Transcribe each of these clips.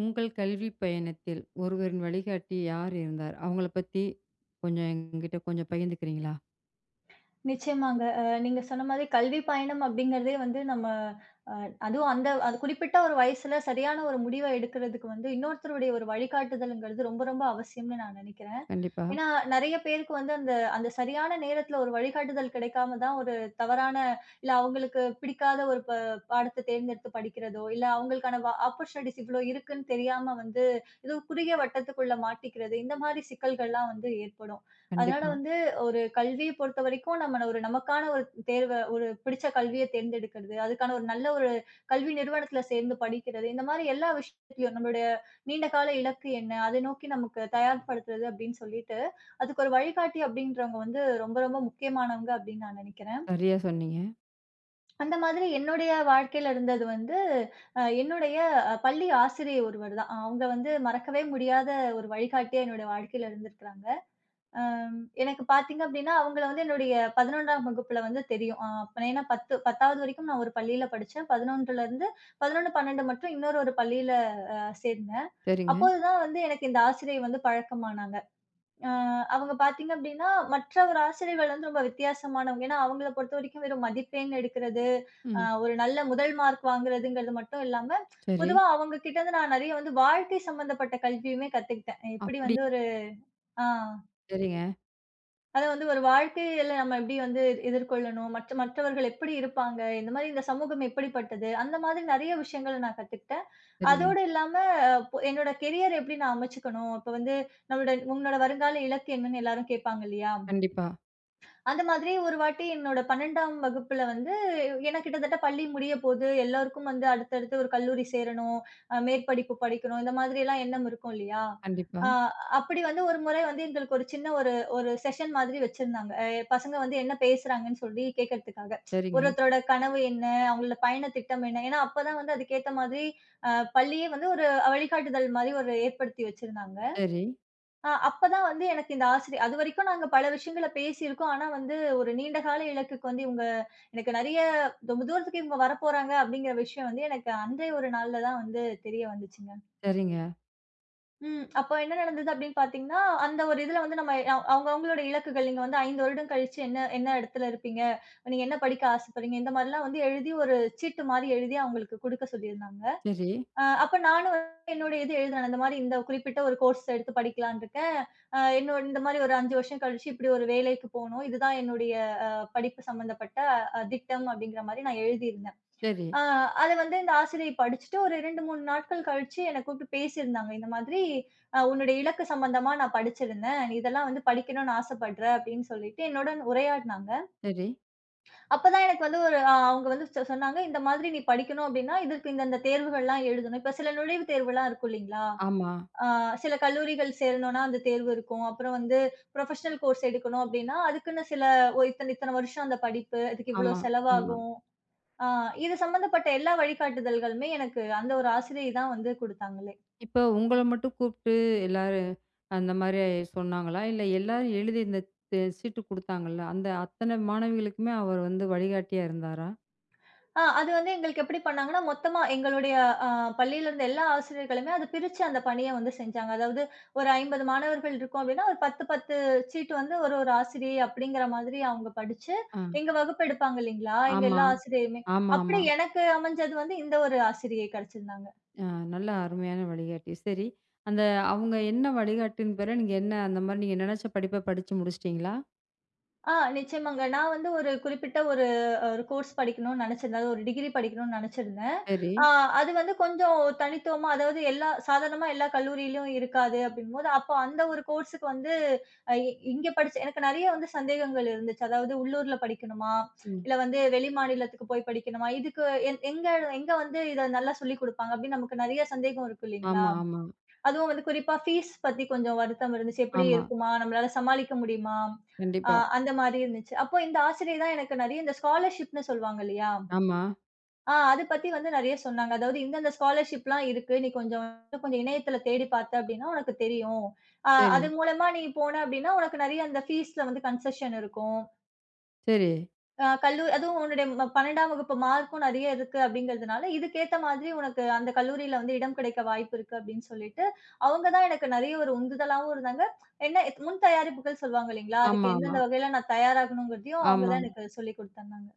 உங்கள் கல்வி பயணத்தில் ஒருவரின் வழிகாட்டி யார் இருந்தார்? அவங்கள பத்தி கொஞ்சம் என்கிட்ட கொஞ்சம் பகிர்ந்துக்கிறீங்களா? நிச்சயமாங்க. நீங்க சொன்ன மாதிரி கல்வி பயணம் அப்படிங்கிறதே வந்து நம்ம அ அதுவும் அந்த குறிப்பிட்ட ஒரு வயசுல சரியான ஒரு முடிவ எடுக்கிறதுக்கு வந்து இன்னொருத்தருடைய ஒரு வழிகாட்டுதல்ங்கிறது ரொம்ப ரொம்ப அவசியம்னு நான் நினைக்கிறேன். கண்டிப்பா, ஏன்னா நெறைய பேருக்கு வந்து அந்த அந்த சரியான நேரத்துல ஒரு வழிகாட்டுதல் கிடைக்காம தான் ஒரு தவறான இல்ல அவங்களுக்கு பிடிக்காத ஒரு பாடத்த தேர்ந்தெடுத்து படிக்கிறதோ, இல்ல அவங்களுக்கான ஆப்பர்ச்சுனிட்டீஸ் இவ்ளோ இருக்குன்னு தெரியாம வந்து ஏதோ குறுகிய வட்டத்துக்குள்ள மாட்டிக்கிறது, இந்த மாரி சிக்கல்கள்லாம் வந்து ஏற்படும். அதனால கண்டிப்பா. வந்து ஒரு கல்விய பொறுத்தவரைக்கும் நம்ம ஒரு நமக்கான ஒரு தேர்வ ஒரு பிடிச்ச கல்விய தேர்ந்தெடுக்கிறது, அதுக்கான ஒரு நல்ல ஒரு கல்வி நிறுவனத்துல சேர்ந்து படிக்கிறது, இந்த மாரி எல்லா விஷயத்திலயும் நம்மளுடைய நீண்ட கால இலக்கு என்ன? அதை நோக்கி நமக்கு தயார்படுத்துறது அப்படின்னு சொல்லிட்டு, அதுக்கு ஒரு வழிகாட்டி அப்படின்றவங்க வந்து ரொம்ப ரொம்ப முக்கியமானவங்க அப்படின்னு நான் நெனைக்கிறேன். சரியா சொன்னீங்க. அந்த மாதிரி என்னுடைய வாழ்க்கையில இருந்தது வந்து, என்னுடைய பள்ளி ஆசிரியை ஒருவர் தான். அவங்க வந்து மறக்கவே முடியாத ஒரு வழிகாட்டியா என்னுடைய வாழ்க்கையில இருந்திருக்கிறாங்க. அம் எனக்கு பார்த்தீங்க அப்டின்னா, அவங்கள வந்து என்னுடைய 11ஆம் வகுப்புல வந்து தெரியும். அப்ப ஏன்னா 10 10வது வரைக்கும் நான் ஒரு பள்ளியில படிச்சேன். 11லருந்து 11, 12 மட்டும் இன்னொரு பள்ளியில அ சேர்ந்தேன். சரிங்க. அப்போதுதான் வந்து எனக்கு இந்த ஆசிரியை வந்து பழக்கமானாங்க. அ அவங்க பார்த்தீங்க அப்டின்னா, மற்ற ஒரு ஆசிரியர்கள் வந்து ரொம்ப வித்தியாசமானவங்க. ஏன்னா, அவங்கள பொறுத்தவரைக்கும் வெறும் மதிப்பெண் எடுக்கிறது, ம். ஒரு நல்ல முதல் மார்க் வாங்குறதுங்கிறது மட்டும் இல்லாம, சரி. பொதுவா அவங்க கிட்ட இருந்து நான் நெறைய வந்து வாழ்க்கை சம்மந்தப்பட்ட கல்வியுமே கத்துக்கிட்டேன். எப்டி அப்படி வந்து ஒரு ஆ. சரிங்க, அத வந்து ஒரு வாழ்க்கையில நம்ம எப்படி வந்து எதிர்கொள்ளணும், மற்றவர்கள் எப்படி இருப்பாங்க, இந்த மாரி இந்த சமூகம் எப்படிப்பட்டது, அந்த மாதிரி நெறைய விஷயங்கள நான் கத்துக்கிட்டேன். சரிங்க. அதோடு இல்லாம பொ என்னோட கெரியர் எப்படி நான் அமைச்சுக்கணும், இப்ப வந்து உன்னோட வருங்கால இலக்கு என்னன்னு எல்லாரும் கேட்பாங்க இல்லையா? கண்டிப்பா, அந்த மாதிரி ஒரு வாட்டி என்னோட 12ஆம் வகுப்புல வந்து ஏன்னா கிட்டத்தட்ட பள்ளி முடியப்போது, எல்லாருக்கும் வந்து அடுத்தடுத்து ஒரு கல்லூரி சேரணும், மேற்படிப்பு படிக்கணும், இந்த மாதிரியெல்லாம் எண்ணம் இருக்கும் இல்லையா? கண்டிப்பா. அ அப்படி வந்து ஒரு முறை வந்து எங்களுக்கு ஒரு சின்ன ஒரு ஒரு செஷன் மாதிரி வச்சிருந்தாங்க. பசங்க வந்து என்ன பேசுறாங்கன்னு சொல்லி கேட்கறதுக்காக. சரிங்க. ஒருத்தரோட கனவு என்ன? அவங்களோட பயண திட்டம் என்ன? ஏன்னா அப்பதான் வந்து அதுக்கேத்த மாதிரி அ பள்ளியே வந்து ஒரு வழிகாட்டுதல் மாரி ஒரு ஏற்படுத்தி வச்சிருந்தாங்க. சரி, அப்பதான் வந்து எனக்கு இந்த ஆசிரியர் அதுவரைக்கும் நாங்க பல விஷயங்கள பேசியிருக்கோம். ஆனா வந்து ஒரு நீண்ட கால இலக்குக்கு வந்து இவங்க எனக்கு நெறைய ரொம்ப தூரத்துக்கு இவங்க வரப்போறாங்க அப்படிங்கிற விஷயம் வந்து எனக்கு அன்றைய ஒரு நாள்ல தான் வந்து தெரிய வந்துச்சுங்க. சரிங்க. ம். அப்போ என்ன நடந்தது அப்படின்னு பார்த்தீங்கன்னா, அந்த ஒரு இதுல வந்து நம்ம அ அவங்க அவங்களோட இலக்குகள் நீங்க வந்து 5 வருடம் கழிச்சு என்ன என்ன இடத்துல இருப்பீங்க? நீங்க என்ன படிக்க ஆசைப்படுறீங்க? இந்த மாரிலாம் வந்து எழுதி ஒரு சீட்டு மாரி எழுதி அவங்களுக்கு குடுக்க சொல்லியிருந்தாங்க. சரி, அப்ப நானும் வந்து என்னோட இது எழுதுனேன். இந்த மாரி இந்த குறிப்பிட்ட ஒரு கோர்ஸ் எடுத்து படிக்கலான்னு இருக்கேன். என்னோட இந்த மாரி ஒரு 5 வருஷம் கழிச்சு இப்படி ஒரு வேலைக்கு போணும். இதுதான் என்னுடைய அ படிப்பு சம்பந்தப்பட்ட திட்டம் அப்படிங்கிற மாரி நான் எழுதியிருந்தேன். சரி, அ அத வந்து இந்த ஆசிரியை படிச்சுட்டு ஒரு 2, 3 நாட்கள் கழிச்சு என்ன கூப்பிட்டு பேசியிருந்தாங்க. இந்த மாதிரி "உன்னுடைய இலக்கு சம்பந்தமா நான் படிச்சிருந்தேன். நீ இதெல்லாம் வந்து படிக்கணும்னு ஆசைப்படுற" அப்படின்னு சொல்லிட்டு என்னுடன் உரையாடினாங்க. சரி. அப்பதான் எனக்கு வந்து ஒரு அ அவங்க வந்து சொன்னாங்க, "இந்த மாதிரி நீ படிக்கணும் அப்டின்னா, இதற்கு இந்த இந்த தேர்வுகள்லாம் எழுதணும்." இப்ப சில நுழைவுத் தேர்வுலாம் இருக்கும் இல்லைங்களா? ஆமா, அ சில கல்லூரிகள் சேரணும்னா அந்த தேர்வு இருக்கும். அப்புறம் வந்து ப்ரொஃபஷனல் கோர்ஸ் எடுக்கணும் அப்டின்னா, அதுக்குன்னு சில இத்தன இத்தன வருஷம் அந்த படிப்பு, அதுக்கு இவ்ளோ ஆமா, ஆமா. செலவாகும். அ இது சம்மந்தப்பட்ட எல்லா வழிகாட்டுதல்களுமே எனக்கு அந்த ஒரு ஆசிரியை தான் வந்து குடுத்தாங்களே! இப்ப உங்கள மட்டும் கூப்பிட்டு எல்லாரும் அந்த மாரி சொன்னாங்களா? இல்ல எல்லாரும் எழுதி இந்த சீட்டு குடுத்தாங்கல்ல, அந்த அத்தன மாணவிகளுக்குமே அவர் வந்து வழிகாட்டியா இருந்தாரா? அது வந்து எங்களுக்கு எப்படி பண்ணாங்கன்னா, மொத்தமா எங்களுடைய அ பள்ளியில இருந்த எல்லா ஆசிரியர்களுமே அத பிரிச்சு அந்த பணிய வந்து செஞ்சாங்க. அதாவது ஒரு 50 மாணவர்கள் இருக்கோம் அப்படின்னா, ஒரு 10, 10 சீட்டு வந்து ஒரு ஒரு ஆசிரியை அப்படிங்கிற மாதிரி அவங்க படிச்சு, ஆ, எங்க வகுப்பு எடுப்பாங்க இல்லைங்களா? எங்க ஆமா. எல்லா ஆசிரியையுமே. ஆமா, அப்படி ஆமா. எனக்கு அமைஞ்சது வந்து இந்த ஒரு ஆசிரியை கிடைச்சிருந்தாங்க. அ நல்ல அருமையான வழிகாட்டி. சரி. அந்த அவங்க என்ன வழிகாட்டின பிற நீங்க என்ன அந்த மாரி நீங்க நெனச்ச படிப்ப படிச்சு முடிச்சுட்டீங்களா? நிச்சயமாங்க. நான் வந்து ஒரு குறிப்பிட்ட ஒரு ஒரு கோர்ஸ் படிக்கணும்னு நெனச்சிருந்தேன். அது ஒரு டிகிரி படிக்கணும்னு நெனச்சிருந்தேன். சரி. ஆ அது வந்து கொஞ்சம் தனித்துவமா அதாவது எல்லா சாதாரணமா எல்லா கல்லூரியிலும் இருக்காது அப்டிங்கும்போது, அப்போ அந்த ஒரு கோர்ஸுக்கு வந்து அ இ இங்க படிச்சு எனக்கு நெறைய வந்து சந்தேகங்கள் இருந்துச்சு. அதாவது உள்ளூர்ல படிக்கணுமா? ம். இல்ல வந்து வெளி மாநிலத்துக்கு போய் படிக்கணுமா? இதுக்கு எ எங்க எங்க வந்து இத நல்லா சொல்லிக் குடுப்பாங்க? அப்டின்னு நமக்கு நெறைய சந்தேகம் இருக்கும் இல்லைங்களா? ஆமா, ஆமா, அதுவும் வந்து குறிப்பா ஃபீஸ் பத்தி கொஞ்சம் வருத்தம் இருந்துச்சு. "எப்படி ஆமா. இருக்குமா? நம்மளால சமாளிக்க முடியுமா?" அ கண்டிப்பா. அந்த மாரி இருந்துச்சு. அப்போ இந்த ஆசிரியர் தான் எனக்கு நெறைய இந்த ஸ்காலர்ஷிப்ன்னு சொல்லுவாங்க இல்லையா? ஆமா. அத பத்தி வந்து நெறைய சொன்னாங்க. அதாவது "இந்தந்த ஸ்காலர்ஷிப்லாம் இருக்கு. நீ கொஞ்சம் இன்னும் கொஞ்சம் இணையத்துல தேடி பார்த்த அப்படின்னா உனக்கு தெரியும். சரி, அது மூலமா நீ போன அப்படின்னா, உனக்கு நெறைய அந்த ஃபீஸ்ல வந்து கன்செஷன் இருக்கும். சரி. ஆ கல்லூ அதுவும் உன்னுடைய 12ஆம் வகுப்பு மார்க்கும் நெறைய இருக்கு அப்டிங்கிறதுனால, இதுக்கேத்த மாதிரி உனக்கு அந்த கல்லூரியில வந்து இடம் கிடைக்க வாய்ப்பு இருக்கு அப்டின்னு சொல்லிட்டு, அவங்க தான் எனக்கு நெறைய ஒரு உந்துதலாவும் இருந்தாங்க. என்ன முன் தயாரிப்புகள் சொல்லுவாங்க இல்லைங்களா? ஆமா, அதுக்கு ஆமா, எந்தெந்த வகையில நான் தயாராகணுங்கிறதையும் அவங்க ஆமா. தான் எனக்கு சொல்லிக் குடுத்தாங்க.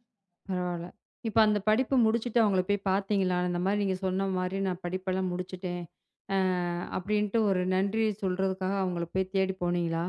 பரவால்ல. இப்ப அந்த படிப்பு முடிச்சுட்டு அவங்கள போய் பார்த்தீங்களா? இந்த மாரி நீங்க சொன்ன மாரி நான் படிப்பெல்லாம் முடிச்சுட்டேன். அ அப்படின்ட்டு ஒரு நன்றி சொல்றதுக்காக அவங்கள போய் தேடி போனீங்களா?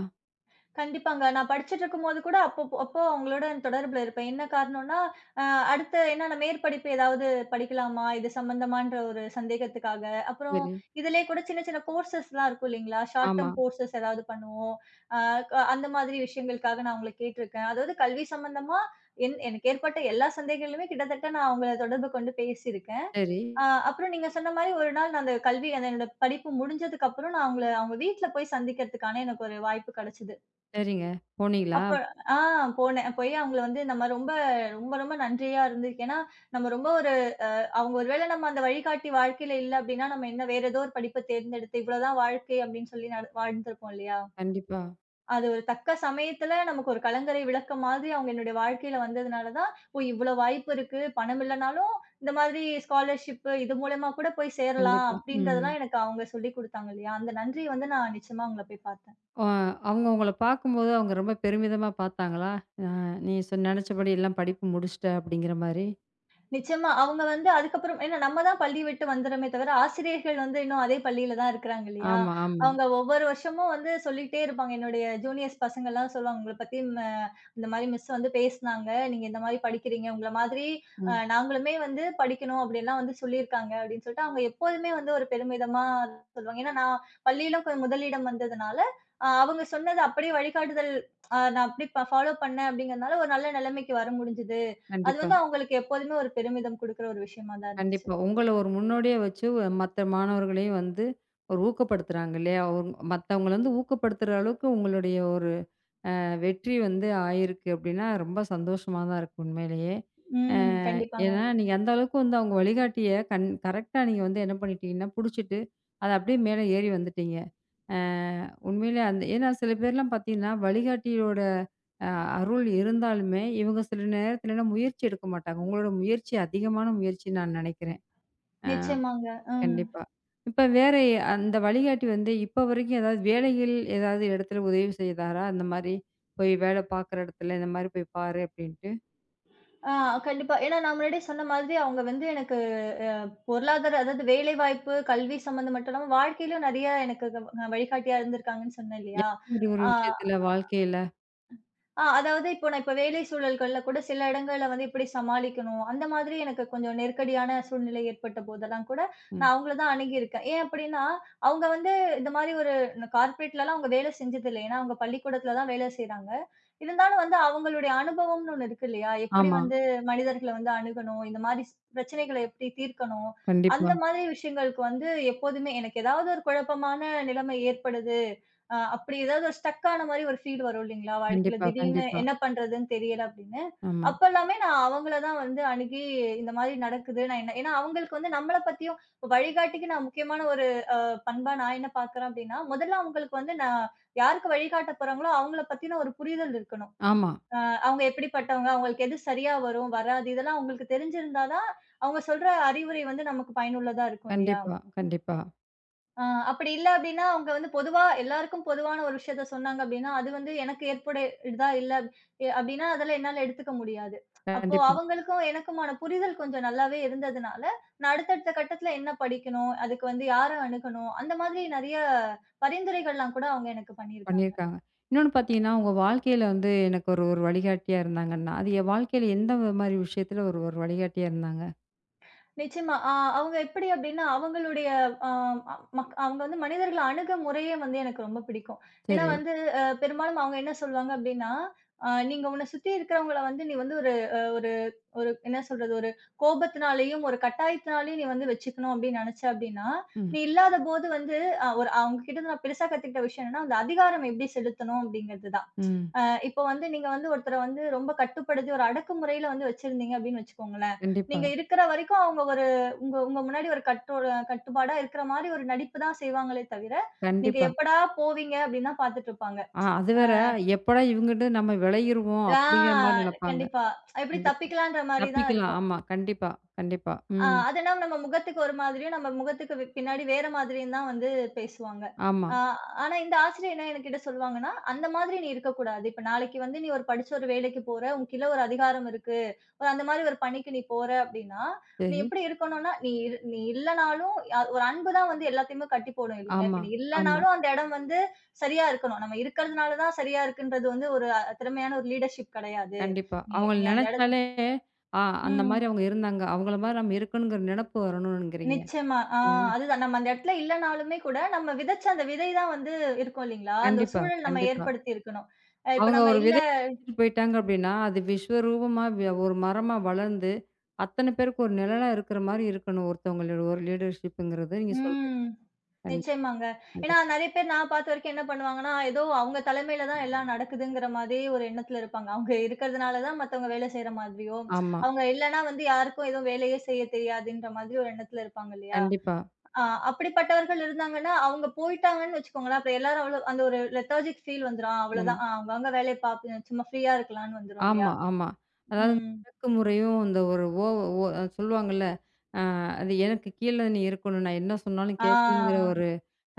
கண்டிப்பாங்க. நான் படிச்சுட்டுருக்கும்போது கூட அப்போ அவங்களோட தொடர்புல இருப்பேன். என்ன காரணம்னா, அ அடுத்து என்னன்னா மேற்படிப்பு ஏதாவது படிக்கலாமா? இது சம்மந்தமான்ற ஒரு சந்தேகத்துக்காக. அப்புறம் சரி. இதிலயே கூட சின்ன சின்ன கோர்சஸ்லாம் இருக்கும் இல்லைங்களா? ஷார்ட் ஆமா. டெர்ம் கோர்சஸ் ஏதாவது பண்ணுவோம். அ க அந்த மாதிரி விஷயங்களுக்காக நான் அவங்கள கேட்டுருக்கேன். அதாவது கல்வி சம்மந்தமா எனக்கு ஏற்பட்ட எல்லா சந்தேகங்களுமே கிட்டத்தட்ட நான் அவங்கள தொடர்பு கொண்டு பேசியிருக்கேன். சரி. அப்புறம் நீங்க சொன்ன மாரி ஒரு நாள் நான் அந்த கல்வி அந்த என்னோட படிப்பு முடிஞ்சதுக்கப்புறம் நான் அவங்க வீட்ல போய் சந்திக்கிறதுக்கான எனக்கு ஒரு வாய்ப்பு கிடைச்சது. சரிங்க. போனீங்களா? அப்ப ஆ போனேன். போய் அவங்கள வந்து நம்ம ரொம்ப ரொம்ப ரொம்ப நன்றியா இருந்திருக்கு. ஏன்னா, நம்ம ரொம்ப ஒரு அ அவங்க ஒரு வேள நம்ம அந்த வழிகாட்டி வாழ்க்கையில இல்ல அப்டின்னா, நம்ம என்ன வேற ஏதோ ஒரு படிப்ப தேர்ந்தெடுத்து இவ்வளோதான் வாழ்க்கை அப்டின்னு சொல்லி வாழ்ந்திருப்போம் இல்லையா? கண்டிப்பா, அது ஒரு தக்க சமயத்துல நமக்கு ஒரு கலங்கரை விளக்கம் மாதிரி அவங்க என்னுடைய வாழ்க்கையில வந்ததுனால தான், ஓ! இவ்ளோ வாய்ப்பு இருக்கு. பணம் இல்லனாலும் இந்த மாதிரி ஸ்காலர்ஷிப் இது மூலியமா கூட போய் சேரலாம் கண்டிப்பா. ம். அப்டின்றதெல்லாம் எனக்கு அவங்க சொல்லிக் குடுத்தாங்க இல்லையா? அந்த நன்றிய வந்து நான் நிச்சயமா அவங்கள போய் பாத்தேன். அ அவங்க உங்கள பார்க்கும்போது அவங்க ரொம்ப பெருமிதமா பார்த்தாங்களா? நீ நெனச்சபடி எல்லாம் படிப்பு முடிச்சுட்ட அப்படிங்கிற மாரி. நிச்சயமா. அவங்க வந்து அதுக்கப்புறம் ஏன்னா நம்ம தான் பள்ளி விட்டு வந்துறோமே தவிர, ஆசிரியர்கள் வந்து இன்னும் அதே பள்ளியில தான் இருக்கிறாங்க இல்லையா? ஆமா, ஆமா. அவங்க ஒவ்வொரு வருஷமும் வந்து சொல்லிட்டே இருப்பாங்க. என்னுடைய ஜூனியர்ஸ் பசங்கள்லாம் சொல்லுவாங்க, "உங்கள பத்தி இந்த மாரி மிஸ் வந்து பேசுனாங்க. நீங்க இந்த மாரி படிக்கிறீங்க. உங்கள மாதிரி ம். நாங்களுமே வந்து படிக்கணும்." அப்படின்லாம் வந்து சொல்லியிருக்காங்க அப்படின்னு சொல்லிட்டு, அவங்க எப்போதுமே வந்து ஒரு பெருமிதமா சொல்லுவாங்க. ஏன்னா நான் பள்ளியில முதலிடம் வந்ததுனால, அவங்க சொன்னது அப்படியே வழிகாட்டுதல் நான் அப்படி ஃபாலோ பண்ணேன் அப்படிங்கிறதுனால, ஒரு நல்ல நிலைமைக்கு வர முடிஞ்சது. அது கண்டிப்பா, வந்து அவங்களுக்கு எப்போதுமே ஒரு பெருமிதம் குடுக்குற ஒரு விஷயமா தான் இருந்துச்சு. கண்டிப்பா. உங்கள ஒரு முன்னோடியா வச்சு மத்த மாணவர்களையும் வந்து ஒரு ஊக்கப்படுத்துறாங்க இல்லையா? ஒரு மத்தவங்கள வந்து ஊக்கப்படுத்துற அளவுக்கு உங்களுடைய ஒரு வெற்றி வந்து ஆயிருக்கு அப்டின்னா, ரொம்ப சந்தோஷமா தான் இருக்கு உண்மையிலேயே. அ ம். கண்டிப்பாங்க. ஏன்னா, நீங்க அந்த அளவுக்கு வந்து அவங்க வழிகாட்டிய கண் கரெக்ட்டா நீங்க வந்து என்ன பண்ணிட்டீங்கன்னா, புடிச்சிட்டு, அது அப்டியே மேல ஏறி வந்துட்டீங்க. அ உண்மையிலே அந்த ஏன்னா சில பேர்லாம் பார்த்தீங்கன்னா, வழிகாட்டியோட அ அருள் இருந்தாலுமே, இவங்க சில நேரத்துலலாம் முயற்சி எடுக்க மாட்டாங்க. உங்களோட முயற்சி அதிகமான முயற்சின்னு நான் நெனைக்கிறேன். நிச்சயமாங்க. ம். கண்டிப்பா. இப்ப வேற அந்த வழிகாட்டி வந்து இப்ப வரைக்கும் ஏதாவது வேலையில் ஏதாவது இடத்துல உதவி செய்தாரா? அந்த மாரி போய் வேலை பார்க்குற இடத்துல இந்த மாரி போய் பாரு அப்டின்ட்டு. ஆ கண்டிப்பா. ஏன்னா நான் முன்னாடியே சொன்ன மாதிரி அவங்க வந்து எனக்கு அ பொருளாதார அதாவது வேலைவாய்ப்பு, கல்வி சம்மந்தம் மட்டும் இல்லாம வாழ்க்கையிலும் நெறைய எனக்கு வழிகாட்டியா இருந்திருக்காங்கன்னு சொன்னேன் இல்லையா? மாரி ஒரு ஆ விஷயத்துல வாழ்க்கையில. ஆ அதாவது இப்ப வேலை சூழல்கள்ல கூட சில இடங்கள்ல வந்து எப்படி சமாளிக்கணும், அந்த மாதிரி எனக்கு கொஞ்சம் நெருக்கடியான சூழ்நிலை ஏற்பட்ட போதெல்லாம் கூட, ம். நான் அவங்கள தான் அணுகியிருக்கேன். ஏன் அப்படின்னா, அவங்க வந்து இந்த மாரி ஒரு கார்ப்பரேட்லலாம் அவங்க வேலை செஞ்சதில்ல. ஏன்னா, அவங்க பள்ளிக்கூடத்தில தான் வேலை செய்றாங்க. இருந்தாலும் வந்து அவங்களுடைய அனுபவம்னு ஒண்ணு இருக்கு இல்லையா? எப்படி ஆமா. வந்து மனிதர்கள வந்து அணுகணும், இந்த மாரி பிரச்சனைகள எப்படி தீர்க்கணும், அந்த கண்டிப்பா, மாதிரி விஷயங்களுக்கு வந்து எப்போதுமே எனக்கு ஏதாவது ஒரு குழப்பமான நிலைமை ஏற்படுது. அப்படி ஏதாவது ஒரு ஸ்டக் ஆன மாரி ஒரு ஃபீல் வரும் இல்லைங்களா? வாழ்க்கையில கண்டிப்பா, திடீர்னு கண்டிப்பா. என்ன பண்றதுன்னு தெரியல அப்படின்னு. ஆமா, அப்பல்லாமே நான் அவங்கள தான் வந்து அணுகி இந்த மாதிரி நடக்குது. நான் என்ன ஏன்னா அவங்களுக்கு வந்து நம்மள பத்தியும் இப்ப வழிகாட்டிக்கு நான் முக்கியமான ஒரு அ பண்பா நான் என்ன பார்க்குறேன் அப்படின்னா, முதல்ல அவங்களுக்கு வந்து நான் யாருக்கு வழிகாட்ட போறாங்களோ அவங்கள பத்தின ஒரு புரிதல் இருக்கணும். ஆமா. அ அவங்க எப்படிப்பட்டவங்க? அவங்களுக்கு எது சரியா வரும்? வராது? இதெல்லாம் அவங்களுக்கு தெரிஞ்சிருந்தா தான் அவங்க சொல்ற அறிவுரை வந்து நமக்கு பயனுள்ளதா இருக்கும் இல்லையா? கண்டிப்பா, கண்டிப்பா, ஆ அப்படி இல்ல அப்டின்னா, அவங்க வந்து பொதுவா எல்லாருக்கும் பொதுவான ஒரு விஷயத்த சொன்னாங்க அப்டின்னா, அது வந்து எனக்கு ஏற்புடையதா இல்ல அப்டின்னா, அதெல்லாம் என்னால எடுத்துக்க முடியாது. அப்போ கண்டிப்பா. அவங்களுக்கும் எனக்குமான புரிதல் கொஞ்சம் நல்லாவே இருந்ததுனால, நான் அடுத்தடுத்த கட்டத்துல என்ன படிக்கணும்? அதுக்கு வந்து யார அணுகணும்? அந்த மாதிரி நெறைய பரிந்துரைகள்லாம் கூட அவங்க எனக்கு பண்ணியிருக்காங்க. பண்ணியிருக்காங்க. இன்னொன்னு பார்த்தீங்கன்னா, உங்க வாழ்க்கையில வந்து எனக்கு ஒரு ஒரு வழிகாட்டியா இருந்தாங்கன்னா, அது என் வாழ்க்கையில எந்த மாரி விஷயத்துல ஒரு ஒரு வழிகாட்டியா இருந்தாங்க? நிச்சயமா. அவங்க எப்படி அப்டின்னா, அவங்களுடைய அ மக் அவங்க வந்து மனிதர்கள அணுக முறையே வந்து எனக்கு ரொம்ப பிடிக்கும். ஏன்னா சரி. வந்து பெரும்பாலும் அவங்க என்ன சொல்லுவாங்க அப்டின்னா, "நீங்க உன்ன சுத்தி இருக்கிறவங்கள வந்து நீ வந்து அ ஒரு ஒரு என்ன சொல்றது? ஒரு கோபத்தினாலேயும், ஒரு கட்டாயத்தினாலேயும் நீ வந்து வச்சுக்கணும் அப்டின்னு நெனச்ச அப்டின்னா, ம், நீ இல்லாதபோது வந்து" ஒரு அவங்க கிட்ட இருந்து நான் பெருசா கத்துக்கிட்ட விஷயம் என்னன்னா, அந்த அதிகாரம் எப்படி செலுத்தணும் அப்டிங்கிறது தான். ம். அ இப்போ வந்து நீங்க வந்து ஒருத்தர வந்து ரொம்ப கட்டுப்படுத்தி, ஒரு அடக்குமுறையில வந்து வச்சிருந்தீங்க அப்படின்னு வச்சுக்கோங்களேன். கண்டிப்பா, நீங்க இருக்கிற வரைக்கும் அவங்க ஒரு உங்க உங்க முன்னாடி ஒரு கட்டோட கட்டுப்பாடா இருக்கிற மாரி ஒரு நடிப்பு தான் செய்வாங்களே தவிர, நீங்க கண்டிப்பா. எப்படா போவீங்க அப்படின்னு தான் பார்த்துட்டு இருப்பாங்க. ஆ அது அ வேற. எப்படா இவங்கிட்ட நம்ம விலகிருவோம் ஆ அப்படிங்கிற மாரி நெனப்பாங்க. கண்டிப்பா. எப்படி கண்டிப்பா. தப்பிக்கலான்ற மாரி தான் தப்பிக்கலாம். இருக்கும். ஆமா. கண்டிப்பா, கண்டிப்பா. ம். அதனா நம்ம முகத்துக்கு ஒரு மாதிரியும், நம்ம முகத்துக்கு பின்னாடி வேற மாதிரியும் தான் வந்து பேசுவாங்க. ஆமா. ஆ ஆனா இந்த ஆசிரியர் என்ன என்கிட்ட சொல்லுவாங்கன்னா, "அந்த மாதிரி நீ இருக்கக்கூடாது. இப்ப நாளைக்கு வந்து நீ ஒரு படிச்ச ஒரு வேலைக்கு போற, உனக்குள்ள ஒரு அதிகாரம் இருக்கு. ஒரு அந்த மாரி ஒரு பணிக்கு நீ போற அப்டின்னா, நீ சரி. எப்டி இருக்கணும்னா, நீ இல்லனாலும் ஒரு அன்பு தான் வந்து எல்லாத்தையுமே கட்டி போடும் இல்லைங்களா? ஆமா, இப்ப நீ ஆமா. இல்லனாலும் அந்த இடம் வந்து சரியா இருக்கணும். நம்ம இருக்கிறதுனால தான் சரியா இருக்குன்றது வந்து ஒரு திறமையான ஒரு லீடர்ஷிப் கெடையாது. கண்டிப்பா. நீ அவங்கள நீ அந்த எடத்" நெனச்சாலே, ஆ அந்த மாரி ம். அவங்க இருந்தாங்க. அவங்கள மாரி நம்ம இருக்கணுங்கிற நெனப்பு வரணுங்கிறீங்க. நிச்சயமா. ம். அதுதான். நம்ம அந்த இடத்துல இல்லனாலுமே கூட, நம்ம விதைச்ச அந்த விதை தான் வந்து இருக்கும் இல்லீங்களா? அந்த ஒரு கண்டிப்பா, சூழல் நம்ம கண்டிப்பா. ஏற்படுத்தி இருக்கணும். அ இப்ப அவங்க நம்ம ஒரு இல்ல விதைய வித்துட்டு போயிட்டாங்க அப்படின்னா, அது விஸ்வரூபமா ஒரு மரமா வளர்ந்து, அத்தன பேருக்கு ஒரு நிழலா இருக்கிற மாரி இருக்கணும் ஒருத்தவங்களோட ஒரு லீடர்ஷிப்ங்கிறது நீங்க சொல்றீங்க. ம். கண்டிப்பா, நிச்சயமாங்க. ஏன்னா கண்டிப்பா. நெறைய பேர் நான் பார்த்த வரைக்கும் என்ன பண்ணுவாங்கன்னா, ஏதோ அவங்க தலைமையில தான் எல்லாம் நடக்குதுங்கிற மாதிரி ஒரு எண்ணத்துல இருப்பாங்க. அவங்க இருக்கிறதுனால தான் மத்தவங்க வேலை செய்ற மாதிரியோ, ஆமா. அவங்க இல்லன்னா வந்து யாருக்கும் எதுவும் வேலையே செய்ய தெரியாதுன்ற மாதிரி ஒரு எண்ணத்துல இருப்பாங்க இல்லையா? கண்டிப்பா. ஆ அப்படிப்பட்டவர்கள் இருந்தாங்கன்னா, அவங்க போயிட்டாங்கன்னு வச்சுக்கோங்களேன், அப்புறம் எல்லாரும் அவ்வளோ அந்த ஒரு லெதார்ஜிக் ஃபீல் வந்துரும். ஆமா. அவ்வளோதான். அவங்கவங்க வேலைய பாப்ப சும்மா ஃப்ரீயா இருக்கலான்னு வந்துரும் இல்லையா? ஆமா, ஆமா. அதாவது இந்த ம். அடக்குமுறையும் இந்த ஒரு ஓ ஓ அது சொல்லுவாங்கல்ல, அ அது எனக்கு கீழ நீ இருக்கணும். நான் என்ன சொன்னாலும் கேட்கணுங்கிற ஆ ஒரு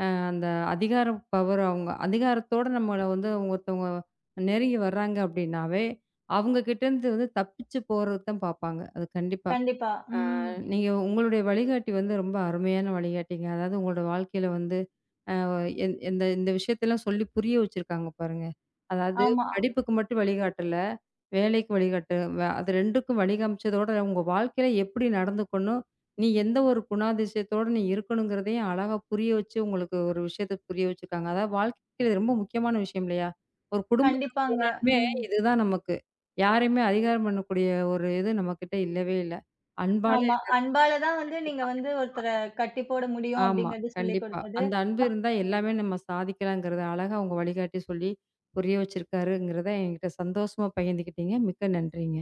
அந்த அதிகார பவர் அவங்க அதிகாரத்தோட நம்மள வந்து அவங்க ஒருத்தவங்க நெருங்கி வர்றாங்க அப்படின்னாவே, அவங்க கிட்டேருந்து வந்து தப்பிச்சு போறதுக்கு தான் பார்ப்பாங்க. அது கண்டிப்பா. கண்டிப்பா. ம். நீங்க உங்களுடைய வழிகாட்டி வந்து ரொம்ப அருமையான வழிகாட்டிங்க. அதாவது உங்களோட வாழ்க்கையில வந்து இந்த இந்த விஷயத்தெல்லாம் சொல்லி புரிய வச்சிருக்காங்க பாருங்க. அதாவது ஆமா. படிப்புக்கு மட்டும் வழிகாட்டல, வேலைக்கு வழிகாட்டு அது 2க்கும் வழிகாமிச்சதோட, உங்க வாழ்க்கையில எப்படி நடந்துக்கணும், நீ எந்த ஒரு குணாதிசயத்தோட நீ இருக்கணுங்கிறதையும் அழகா புரிய வச்சு, உங்களுக்கு ஒரு விஷயத்த புரிய வச்சிருக்காங்க. அதாவது வாழ்க்கையில இது ரொம்ப முக்கியமான விஷயம் இல்லையா? ஒரு குடும்பத்துக்கு கண்டிப்பாங்க. போனாலுமே ம். இதுதான் நமக்கு. யாரையுமே அதிகாரம் பண்ணக்கூடிய ஒரு இது நம்மகிட்ட இல்லவே இல்ல. அன்பால ஆமா. அன்பால தான் வந்து நீங்க வந்து ஒருத்தர கட்டி போட முடியும் ஆமா. அப்படிங்கிறது சொல்லிக் கண்டிப்பா. குடுத்தது. அந்த அன்பு அப் இருந்தா எல்லாமே நம்ம சாதிக்கலாங்கிறத அழகா உங்க வழிகாட்டி சொல்லி புரிய வச்சிருக்காருங்கிறத என்கிட்ட சந்தோஷமா பகிர்ந்துக்கிட்டீங்க. மிக்க நன்றிங்க.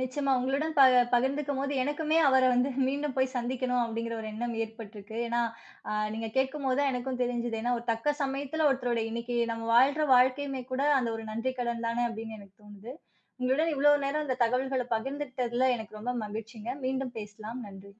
நிச்சயமா. உங்களுடன் பகிர்ந்துக்கும்போது எனக்குமே அவர வந்து மீண்டும் போய் சந்திக்கணும் அப்படிங்கிற ஒரு எண்ணம் ஏற்பட்டிருக்கு. ஏன்னா, நீங்க கேட்கும்போது தான் எனக்கும் தெரிஞ்சது. ஏன்னா, ஒரு தக்க சமயத்துல ஒருத்தரோட இன்னைக்கு நம்ம வாழ்ற வாழ்க்கையுமே கூட அந்த ஒரு நன்றி கடன் தானே அப்படின்னு எனக்கு தோணுது. உங்களுடன் இவ்வளவு நேரம் இந்த தகவல்கள பகிர்ந்துக்கிட்டதுல எனக்கு ரொம்ப மகிழ்ச்சிங்க. மீண்டும் பேசலாம். நன்றி.